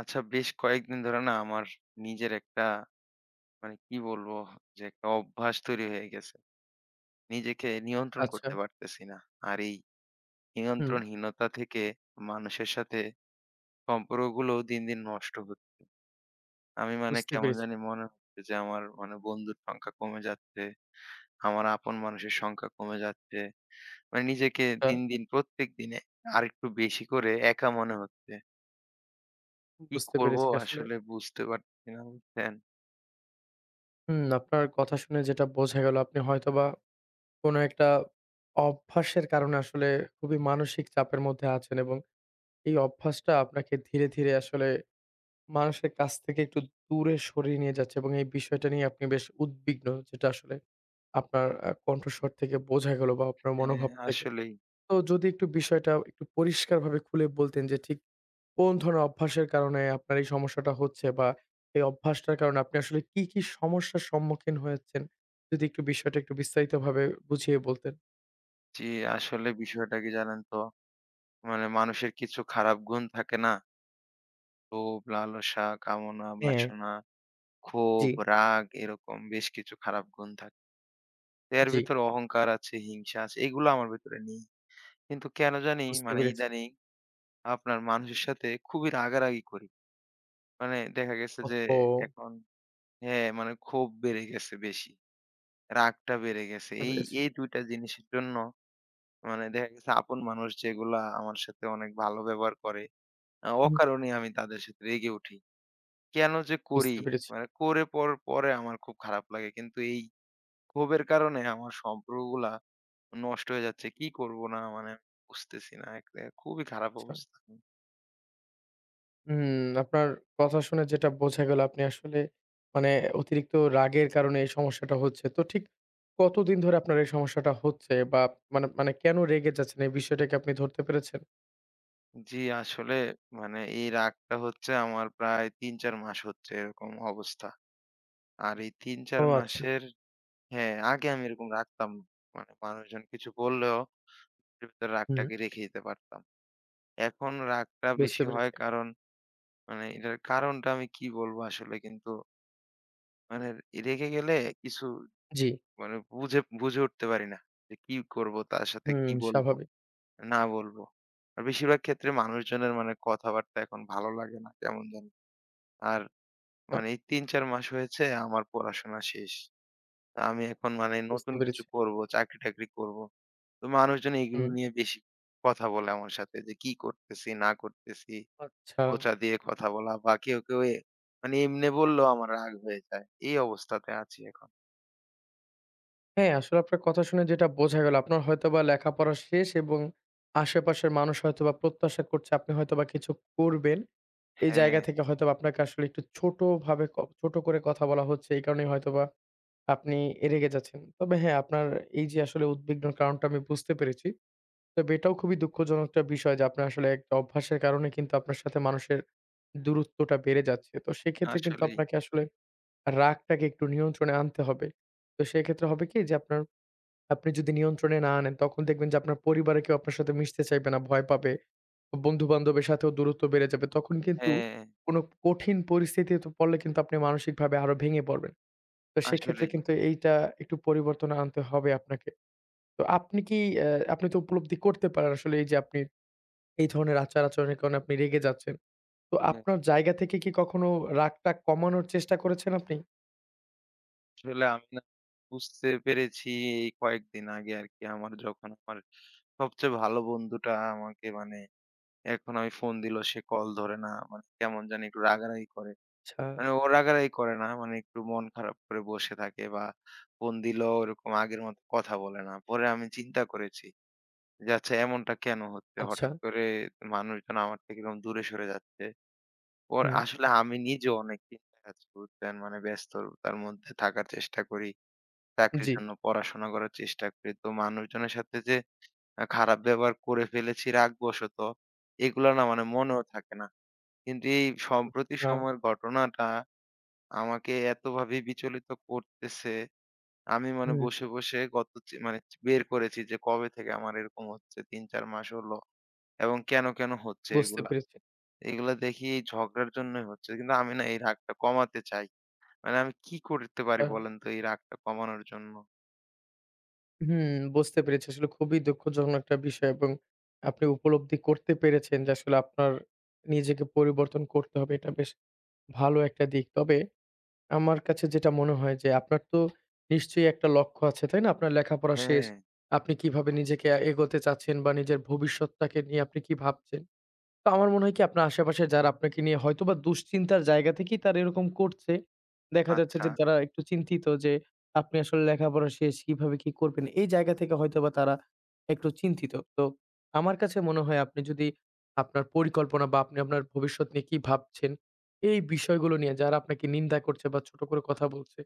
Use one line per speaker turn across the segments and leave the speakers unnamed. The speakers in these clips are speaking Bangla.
আচ্ছা বেশ কয়েকদিন ধরে না আমার নিজের একটা মানে কি বলবো যে একটা অভ্যাস তৈরি হয়ে গেছে। নিজেকে নিয়ন্ত্রণ
আচ্ছা,
করতে পারতেছি না। আর এই
হুম,
নিয়ন্ত্রণহীনতা থেকে মানুষের সাথে সম্পর্কগুলো দিন, দিন নষ্ট হচ্ছে। আমি মানে
বুঝতে
কেমন
পেরেছি।
জানি মনে হচ্ছে যে আমার মানে বন্ধুর সংখ্যা কমে যাচ্ছে। আমার আপন মানুষের সংখ্যা কমে যাচ্ছে। মানে নিজেকে
হ্যাঁ,
দিন, দিন প্রত্যেক দিনে আরেকটু বেশি করে একা মনে হচ্ছে। কি
বুঝতে
করব
পেরেছি আসলে।
আসলে বুঝতে পারছি না, বুঝছেন?
হুম, আপনার কথা শুনে যেটা বোঝা গেল আপনি হয়তোবা কোনো একটা অভ্যাসের কারণে আসলে খুবই মানসিক চাপের মধ্যে আছেন এবং এই অভ্যাসটা আপনাকে ধীরে, ধীরে আসলে মানুষের কাছ থেকে একটু দূরে সরিয়ে নিয়ে যাচ্ছে এবং এই বিষয়টা নিয়ে আপনি বেশ উদ্বিগ্ন যেটা আসলে আপনার কণ্ঠস্বর থেকে বোঝা গেল বা আপনার
হ্যাঁ,
মনোভাব থেকে।
আসলেই।
তো যদি একটু বিষয়টা একটু পরিষ্কারভাবে খুলে বলতেন যে ঠিক কোন ধরনের অভ্যাসের কারণে আপনার এই সমস্যাটা হচ্ছে? বা এই অভ্যাসটার কারণে আপনি আসলে কি, কি সমস্যার সম্মুখীন হয়েছেন? যদি একটু বিষয়টা একটু বিস্তারিতভাবে বুঝিয়ে বলতেন।
জি, আসলে বিষয়টা কি জানেন তো? মানে মানুষের কিছু খারাপ গুণ থাকে না? লোভ, লালসা, কামনা,
হ্যাঁ,
বাসনা, ক্ষোভ,
জি।
রাগ এরকম বেশ কিছু খারাপ গুণ থাকে। তো এর
জি,
ভিতরে অহংকার আছে, হিংসা আছে। এগুলো আমার ভেতরে নেই। কিন্তু কেন জানি
বুঝতে
মানে
পেরেছি।
ইদানিং আপনার মানুষের সাথে খুবই রাগারাগি করি। মানে দেখা গেছে যে
ওহহো!
এখন, হ্যাঁ, মানে ক্ষোভ বেড়ে গেছে বেশি। রাগটা বেড়ে গেছে।
বুঝতে
এই,
পেরেছি।
এই ২ টা জিনিসের জন্য মানে দেখা গেছে আপন মানুষ যেগুলা আমার সাথে অনেক ভালো ব্যবহার করে
হুম।
অকারণে আমি তাদের সাথে রেগে উঠি। কেন যে করি?
বুঝতে পেরেছি।
মানে করে পর পরে আমার খুব খারাপ লাগে। কিন্তু এই ক্ষোভের কারণে আমার সম্পর্কগুলা নষ্ট হয়ে যাচ্ছে। কি করব না মানে বুঝতেছি না। এক জায়গায় খুবই খারাপ
আচ্ছা।
অবস্থা।
হুম, আপনার কথা শুনে যেটা বোঝা গেল আপনি আসলে মানে অতিরিক্ত রাগের কারণে এই সমস্যাটা হচ্ছে। তো ঠিক কতদিন ধরে আপনার এই সমস্যাটা হচ্ছে? বা মানে মানে কেন রেগে যাচ্ছেন এই বিষয়টা কি আপনি ধরতে পেরেছেন?
জি, আসলে মানে এই রাগটা হচ্ছে আমার প্রায় ৩-৪ মাস হচ্ছে এরকম অবস্থা। আর এই ৩-৪
ও আচ্ছা।
মাসের, হ্যাঁ, আগে আমি এরকম রাখতাম না। মানে মানুষজন কিছু বললেও এর ভেতরে
হুম।
রাগটাকে রেখে দিতে পারতাম। এখন রাগটা
বুঝতে
বেশি হয়
পেরেছি।
কারণ মানে এটার কারণটা আমি কি বলবো আসলে, কিন্তু মানে রেগে গেলে কিছু
জি,
মানে বুঝে বুঝে উঠতে পারি না যে কি করব, তার সাথে কি
হুম,
বলবো
স্বাভাবিক।
না বলবো। আর বেশিরভাগ ক্ষেত্রে মানুষজনের মানে কথাবার্তা এখন ভালো লাগে না কেমন জানি। আর
আ
মানে এই ৩-৪ মাস হয়েছে আমার পড়াশোনা শেষ। তো আমি এখন মানে নতুন
বুঝতে
কিছু
পেরেছি।
করব, চাকরি-টাকরি করব। তো মানুষজন এগুলো
হুম,
নিয়ে বেশি কথা বলে আমার সাথে যে কি করতেছি না করতেছি।
আচ্ছা।
খোঁচা দিয়ে কথা বলা বা কেউ, কেউ মানে এমনে বললেও আমার রাগ হয়ে যায়। এই অবস্থাতে আছি এখন।
হ্যাঁ, আসলে আপনার কথা শুনে যেটা বোঝা গেল, আপনার হয়তোবা লেখাপড়া শেষ এবং আশেপাশের মানুষ হয়তোবা প্রত্যাশা করছে আপনি হয়তোবা কিছু করবেন। এই জায়গা
হ্যাঁ,
থেকে হয়তোবা আপনাকে আসলে একটু ছোটভাবে ছোট করে কথা বলা হচ্ছে। এই কারণেই হয়তোবা আপনি রেগে যাচ্ছেন। তবে হ্যাঁ, আপনার এই যে আসলে উদ্বিগ্নর কারণটা আমি বুঝতে পেরেছি। তবে এটাও খুবই দুঃখজনক একটা বিষয় যে আপনার আসলে একটা অভ্যাসের কারণে কিন্তু আপনার সাথে মানুষের দূরত্বটা বেড়ে যাচ্ছে। তো সেক্ষেত্রে কিন্তু
আসলেই।
আপনাকে আসলে রাগটাকে একটু নিয়ন্ত্রণে আনতে হবে। তো সেক্ষেত্রে হবে কি যে আপনার আপনি যদি নিয়ন্ত্রণে না আনেন তখন দেখবেন যে আপনার পরিবারে কেউ আপনার সাথে মিশতে চাইবে না, ভয় পাবে। বন্ধু-বান্ধবের সাথেও দূরত্ব বেড়ে যাবে। তখন কিন্তু
হ্যাঁ,
কোনো কঠিন পরিস্থিতিতে পড়লে কিন্তু আপনি মানসিকভাবে আরো ভেঙে পড়বেন। তো সেক্ষেত্রে
আসলেই।
কিন্তু এইটা একটু পরিবর্তন আনতে হবে আপনাকে। তো আপনি কি আপনি তো উপলব্ধি করতে পারেন আসলে এই যে আপনি এই ধরনের আচার-আচরণের কারণে আপনি রেগে যাচ্ছেন। তো
হ্যাঁ,
আপনার জায়গা থেকে কি কখনো রাগটা কমানোর চেষ্টা করেছেন আপনি?
আসলে আমি না বুঝতে পেরেছি এই কয়েকদিন আগে আরকি, যখন আমার সবচেয়ে ভালো বন্ধুটা আমাকে মানে এখন আমি ফোন দিলেও সে কল ধরে না। মানে কেমন জানি একটু রাগারাগি করে।
আচ্ছা।
মানে ও রাগারাগি করে না। মানে একটু মন খারাপ করে বসে থাকে বা ফোন দিলেও ওরকম আগের মতো কথা বলে না। পরে আমি চিন্তা করেছি যে আচ্ছা এমনটা কেন হচ্ছে?
আচ্ছা।
হঠাৎ করে মানুষজন আমার থেকে এরকম দূরে সরে যাচ্ছে। ওর
হু।
আসলে আমি নিজেও অনেক চিন্তায় আছি, বুঝছেন? মানে ব্যস্ততার মধ্যে থাকার চেষ্টা করি। চাকরির
জি।
জন্য পড়াশোনা করার চেষ্টা করি। তো মানুষজনের সাথে যে খারাপ ব্যবহার করে ফেলেছি রাগবশত, এগুলো না মানে মনেও থাকে না। কিন্তু এই সম্প্রতি
আচ্ছা,
সময়ের ঘটনাটা আমাকে এতভাবে বিচলিত করতেছে, আমি মানে
হুম,
বসে, বসে গত মানে বের করেছি যে কবে থেকে আমার এরকম হচ্ছে, ৩-৪ মাস হলো। এবং কেন, কেন হচ্ছে
বুঝতে
এগুলা?
পেরেছি।
এগুলা দেখি এই ঝগড়ার জন্যই হচ্ছে। কিন্তু আমি না এই রাগটা কমাতে চাই। মানে আমি কি করতে পারি
আ
বলেন তো এই রাগটা কমানোর জন্য?
হুম, বুঝতে পেরেছি। আসলে খুবই দুঃখজনক একটা বিষয় এবং আপনি উপলব্ধি করতে পেরেছেন যে আসলে আপনার নিজেকে পরিবর্তন করতে হবে। এটা বেশ ভালো একটা দিক। তবে আমার কাছে যেটা মনে হয় যে আপনার তো নিশ্চয়ই একটা লক্ষ্য আছে, তাই না? আপনার লেখাপড়া শেষ।
হ্যাঁ,
আপনি কিভাবে নিজেকে এগোতে চাচ্ছেন বা নিজের ভবিষ্যৎটাকে নিয়ে আপনি কি ভাবছেন? তো আমার মনে হয় কি আপনার আশেপাশে যারা আপনাকে নিয়ে হয়তোবা দুশ্চিন্তার জায়গা থেকেই তারা এরকম করছে। দেখা যাচ্ছে
আচ্ছা,
যে তারা একটু চিন্তিত যে আপনি আসলে লেখাপড়া শেষ কিভাবে কি করবেন? এই জায়গা থেকে হয়তোবা তারা একটু চিন্তিত। তো আমার কাছে মনে হয় আপনি যদি আপনার পরিকল্পনা বা আপনি আপনার ভবিষ্যৎ নিয়ে কি ভাবছেন, এই বিষয়গুলো নিয়ে যারা আপনাকে নিন্দা করছে বা ছোট করে কথা বলছে,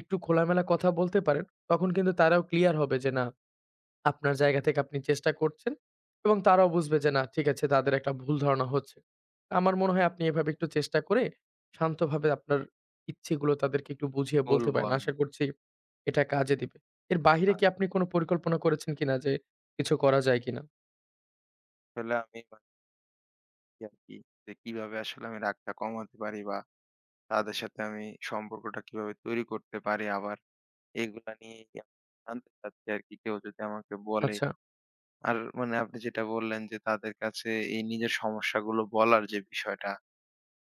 একটু খোলামেলা কথা বলতে পারেন। তখন কিন্তু তারাও ক্লিয়ার হবে যে না আপনার জায়গা থেকে আপনি চেষ্টা করছেন এবং তারাও বুঝবে যে না ঠিক আছে তাদের একটা ভুল ধারণা হচ্ছে। আমার মনে হয় আপনি এভাবে একটু চেষ্টা করে শান্তভাবে আপনার ইচ্ছেগুলো তাদেরকে একটু বুঝিয়ে বলতে
বলবো
পারেন।
আমি।
আশা করছি এটা কাজে দিবে। এর বাহিরে কি আপনি কোনো পরিকল্পনা করেছেন কিনা যে কিছু করা যায় কিনা?
আসলে আমি ভাবছি আরকি যে কিভাবে আসলে আমি রাগটা কমাতে পারি বা তাদের সাথে আমি সম্পর্কটা কিভাবে তৈরি করতে পারি আবার, এগুলা নিয়েই আমি জানতে চাচ্ছি আরকি কেউ যদি আমাকে বলে।
আচ্ছা।
আর মানে আপনি যেটা বললেন যে তাদের কাছে এই নিজের সমস্যাগুলো বলার যে বিষয়টা,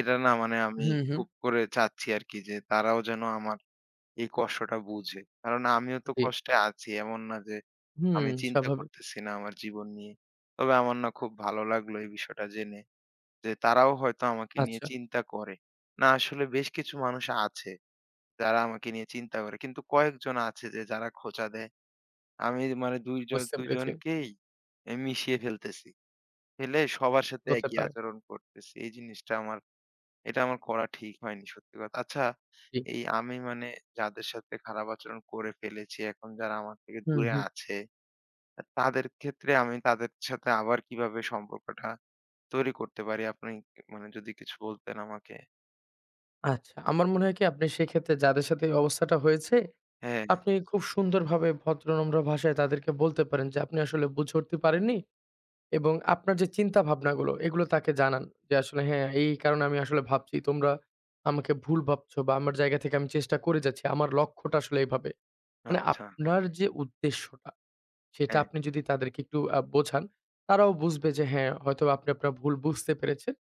এটা না মানে আমি
হুম, হুম।
খুব করে চাচ্ছি আরকি যে তারাও যেন আমার এই কষ্টটা বুঝে। কারণ আমিও তো
জি।
কষ্টে আছি। এমন না যে
হুম,
আমি চিন্তা
স্বাভাবিক।
করতেছি না আমার জীবন নিয়ে। তবে আমার না খুব ভালো লাগলো এই বিষয়টা জেনে যে তারাও হয়তো আমাকে নিয়ে
আচ্ছা
চিন্তা করে। না আসলে বেশ কিছু মানুষ আছে যারা আমাকে নিয়ে চিন্তা করে। কিন্তু কয়েকজন আছে যারা খোঁচা দেয়। আমি মানে ২ জন
বুঝতে
২
পেরেছি।
জনকেই মিশিয়ে ফেলতেছি। ফেলে সবার সাথে
হতে
একই
পারে।
আচরণ করতেছি। এই জিনিসটা আমার এটা আমার করা ঠিক হয়নি, সত্যি কথা। আচ্ছা
জি।
এই আমি মানে যাদের সাথে খারাপ আচরণ করে ফেলেছি এখন যারা আমার থেকে
হুম,
দূরে
হুম।
আছে, তাদের ক্ষেত্রে আমি তাদের সাথে আবার কিভাবে সম্পর্কটা তৈরি করতে পারি? আপনি মানে যদি কিছু বলতেন আমাকে?
আচ্ছা। আমার মনে হয় কি আপনি সেক্ষেত্রে যাদের সাথে এই অবস্থাটা হয়েছে
হ্যাঁ,
আপনি খুব সুন্দরভাবে ভদ্র নম্র ভাষায় তাদেরকে বলতে পারেন যে আপনি আসলে বুঝে উঠতে পারেননি এবং আপনার যে চিন্তা ভাবনাগুলো এগুলো তাকে জানান যে আসলে হ্যাঁ এই কারণে আমি আসলে ভাবছি তোমরা আমাকে ভুল ভাবছো বা আমার জায়গা থেকে আমি চেষ্টা করে যাচ্ছি আমার লক্ষ্যটা আসলে এইভাবে মানে
আচ্ছা।
আপনার যে উদ্দেশ্যটা সেটা
হ্যাঁ,
আপনি যদি তাদেরকে একটু বোঝান তারাও বুঝবে যে হ্যাঁ হয়তো আপনি আপনার ভুল বুঝতে পেরেছেন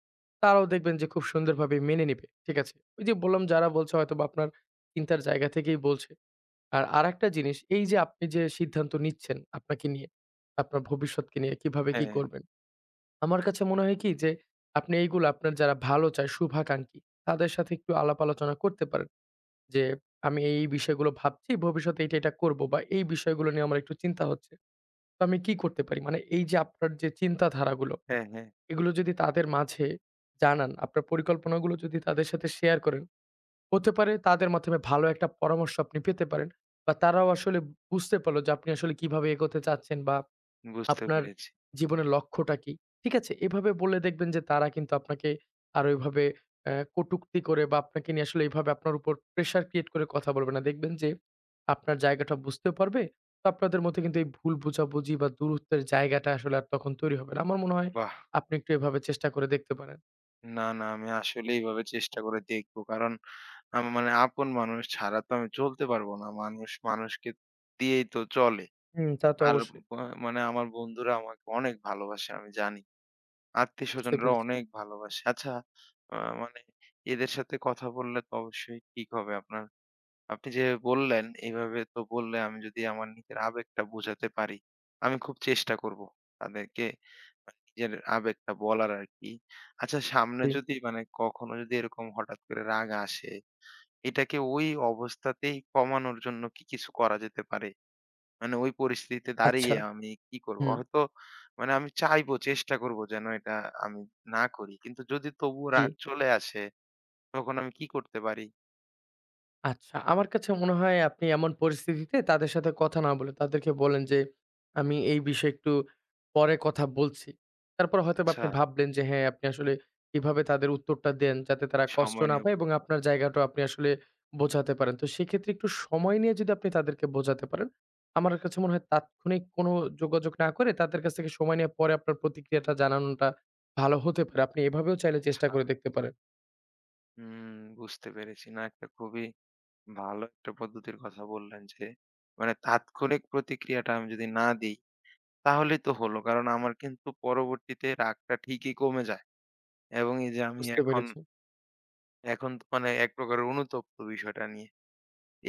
তারাও দেখবেন যে খুব সুন্দরভাবে মেনে নেবে ঠিক আছে ওই যে বললাম যারা বলছে হয়তো বা আপনার চিন্তার জায়গা থেকেই বলছে আর আরেকটা জিনিস, এই যে আপনি যে সিদ্ধান্ত নিচ্ছেন আপনাকে নিয়ে, আপনার ভবিষ্যৎকে নিয়ে কিভাবে কি
হ্যাঁ,
করবেন। আমার কাছে মনে হয় কি যে আপনি এইগুলো আপনার যারা ভালো চায় শুভাকাঙ্ক্ষী, তাদের সাথে একটু আলাপ আলোচনা করতে পারেন। যে আমি এই বিষয়গুলো ভাবছি, ভবিষ্যতে এটা করব বা এই বিষয়গুলো নিয়ে আমার একটু চিন্তা হচ্ছে। তো আমি কি করতে পারি? মানে এই যে আপনার যে চিন্তাধারাগুলো,
হ্যাঁ, হ্যাঁ।
এগুলো যদি তাদের মাঝে জানান, আপনার পরিকল্পনাগুলো যদি তাদের সাথে শেয়ার করেন হতে পারে তাদের মাধ্যমে ভালো একটা পরামর্শ আপনি পেতে পারেন বা তারাও আসলে বুঝতে পারলো যে আপনি আসলে কিভাবে এগোতে চাচ্ছেন বা
বুঝতে
আপনার
পেরেছি।
জীবনের লক্ষ্যটা কি। ঠিক আছে? এভাবে বললে দেখবেন যে তারা কিন্তু আপনাকে আর ওইভাবে কটুক্তি করে বা আপনাকে নিয়ে আসলে এভাবে আপনার উপর প্রেশার ক্রিয়েট করে কথা বলবে না। দেখবেন যে আপনার জায়গাটা বুঝতেও পারবে। তো আপনাদের মধ্যে কিন্তু এই ভুল বোঝাবুঝি বা দূরত্বের জায়গাটা আসলে আর তখন তৈরি হবে না। আমার মনে হয়
বাহ!
আপনি একটু এভাবে চেষ্টা করে দেখতে পারেন।
না, না, আমি আসলে এভাবে চেষ্টা করে দেখবো। কারণ মানে আপন মানুষ ছাড়া তো আমি চলতে পারবো না। মানুষ মানুষকে দিয়েই তো চলে।
হুম, তা তো
আর
অবশ্যই।
ব মানে আমার বন্ধুরা আমাকে অনেক ভালোবাসে, আমি জানি।
বুঝতে
আত্মীয়স্বজনরা
পেরেছি।
অনেক ভালোবাসে। আচ্ছা, আ মানে এদের সাথে কথা বললে তো অবশ্যই ঠিক হবে আপনার। আপনি যে বললেন এভাবে তো বললে আমি যদি আমার নিজের আবেগটা বোঝাতে পারি, আমি খুব চেষ্টা করব তাদেরকে মানে নিজের আবেগটা বলার আরকি। আচ্ছা, সামনে
জি,
যদি মানে কখনো যদি এরকম হঠাৎ করে রাগ আসে, এটাকে ওই অবস্থাতেই কমানোর জন্য কি কিছু করা যেতে পারে? মানে ওই পরিস্থিতিতে
আচ্ছা।
দাঁড়িয়ে আমি কি করব?
হুম।
হয়তো মানে আমি চাইবো, চেষ্টা করব যেন এটা আমি না করি। কিন্তু যদি তবুও
জি,
রাগ চলে আসে, তখন আমি কি করতে পারি?
আচ্ছা। আমার কাছে মনে হয় আপনি এমন পরিস্থিতিতে তাদের সাথে কথা না বলে তাদেরকে বলেন যে, "আমি এই বিষয়ে একটু পরে কথা বলছি।" তারপর হয়তোবা
আচ্ছা,
আপনি ভাবলেন যে হ্যাঁ, আপনি আসলে কিভাবে তাদের উত্তরটা দেন যাতে তারা কষ্ট
সময়
না
নেব।
পায় এবং আপনার জায়গাটাও আপনি আসলে বোঝাতে পারেন। তো সেক্ষেত্রে একটু সময় নিয়ে যদি আপনি তাদেরকে বোঝাতে পারেন, আমার কাছে মনে হয় তাৎক্ষণিক কোনো যোগাযোগ না করে তাদের কাছ থেকে সময় নিয়ে পরে আপনার প্রতিক্রিয়াটা জানানোটা ভালো হতে পারে। আপনি এভাবেও চাইলে
আচ্ছা,
চেষ্টা করে দেখতে পারেন।
হুম, বুঝতে পেরেছি। না, একটা খুবই ভালো একটা পদ্ধতির কথা বললেন যে, মানে তাৎক্ষণিক প্রতিক্রিয়াটা আমি যদি না দেই, তাহলেই তো হলো। কারণ আমার কিন্তু পরবর্তীতে রাগটা ঠিকই কমে যায়। এবং এই যে আমি
বুঝতে
এখন,
পেরেছি।
এখন তো মানে এক প্রকারের অনুতপ্ত বিষয়টা নিয়ে।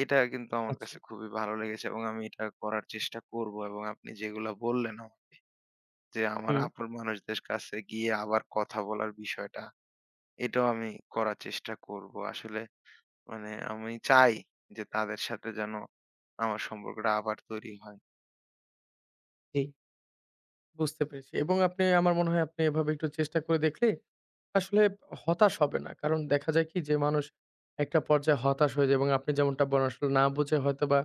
এটা কিন্তু আমার
আচ্ছা।
কাছে খুবই ভালো লেগেছে এবং আমি এটা করার চেষ্টা করব, এবং আপনি যেগুলো বললেন আমাকে যে আমার
হুম,
আপন মানুষদের কাছে গিয়ে আবার কথা বলার বিষয়টা, এটাও আমি করার চেষ্টা করব। আসলে মানে আমি চাই যে তাদের সাথে যেন আমার সম্পর্কটা আবার তৈরি হয়।
জি। বুঝতে পেরেছি এবং আপনি আমার মনে হয় আপনি এভাবে একটু চেষ্টা করে দেখলে আসলে হতাশ হবে না। কারণ দেখা যায় কি যে মানুষ একটা পর্যায়ে হতাশ হয়ে যায় এবং আপনি যেমনটা বলেন আসলে না বুঝে হয়তোবা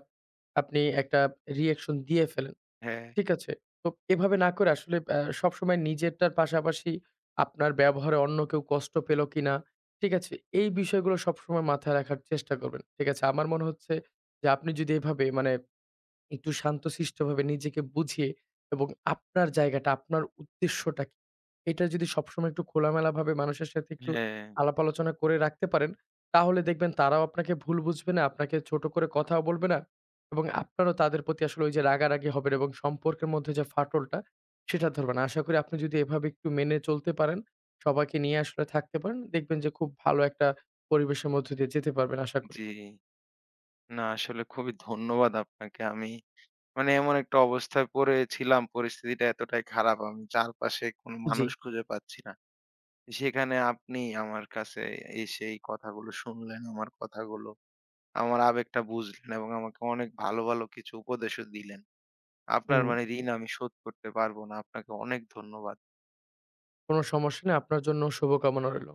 আপনি একটা রিঅ্যাকশন দিয়ে ফেলেন।
হ্যাঁ,
ঠিক আছে? তো এভাবে না করে আসলে সবসময় নিজেরটার পাশাপাশি আপনার ব্যবহারে অন্য কেউ কষ্ট পেল কিনা, ঠিক আছে? এই বিষয়গুলো সবসময় মাথায় রাখার চেষ্টা করবেন। ঠিক আছে? আমার মনে হচ্ছে যে আপনি যদি এভাবে মানে একটু শান্তশিষ্টভাবে নিজেকে বুঝিয়ে এবং আপনার জায়গাটা, আপনার উদ্দেশ্যটা কি? এটা যদি সবসময় একটু খোলামেলাভাবে মানুষের সাথে একটু
হ্যাঁ,
আলাপ আলোচনা করে রাখতে পারেন, তাহলে দেখবেন তারাও আপনাকে ভুল বুঝবে না, আপনাকে ছোট করে কথাও বলবে না এবং আপনারও তাদের প্রতি আসলে ওই যে রাগারাগি হবেন এবং সম্পর্কের মধ্যে যে ফাটলটা, সেটা ধরবে না। আশা করি আপনি যদি এভাবে একটু মেনে চলতে পারেন, সবাইকে নিয়ে আসলে থাকতে পারেন, দেখবেন যে খুব ভালো একটা পরিবেশের মধ্য দিয়ে যেতে পারবেন আশা করি।
জি। না আসলে খুবই ধন্যবাদ আপনাকে। আমি মানে এমন একটা অবস্থায় পড়েছিলাম, পরিস্থিতিটা এতটাই খারাপ আমি চারপাশে কোনো
জি,
মানুষ খুঁজে পাচ্ছি না। সেখানে আপনি আমার কাছে এসে এই কথাগুলো শুনলেন, আমার কথাগুলো, আমার আবেগটা বুঝলেন এবং আমাকে অনেক ভালো, ভালো কিছু উপদেশও দিলেন। আপনার
হুম।
মানে ঋণ আমি শোধ করতে পারবো না। আপনাকে অনেক ধন্যবাদ।
কোনো সমস্যা নেই। আপনার জন্য শুভকামনা রইল।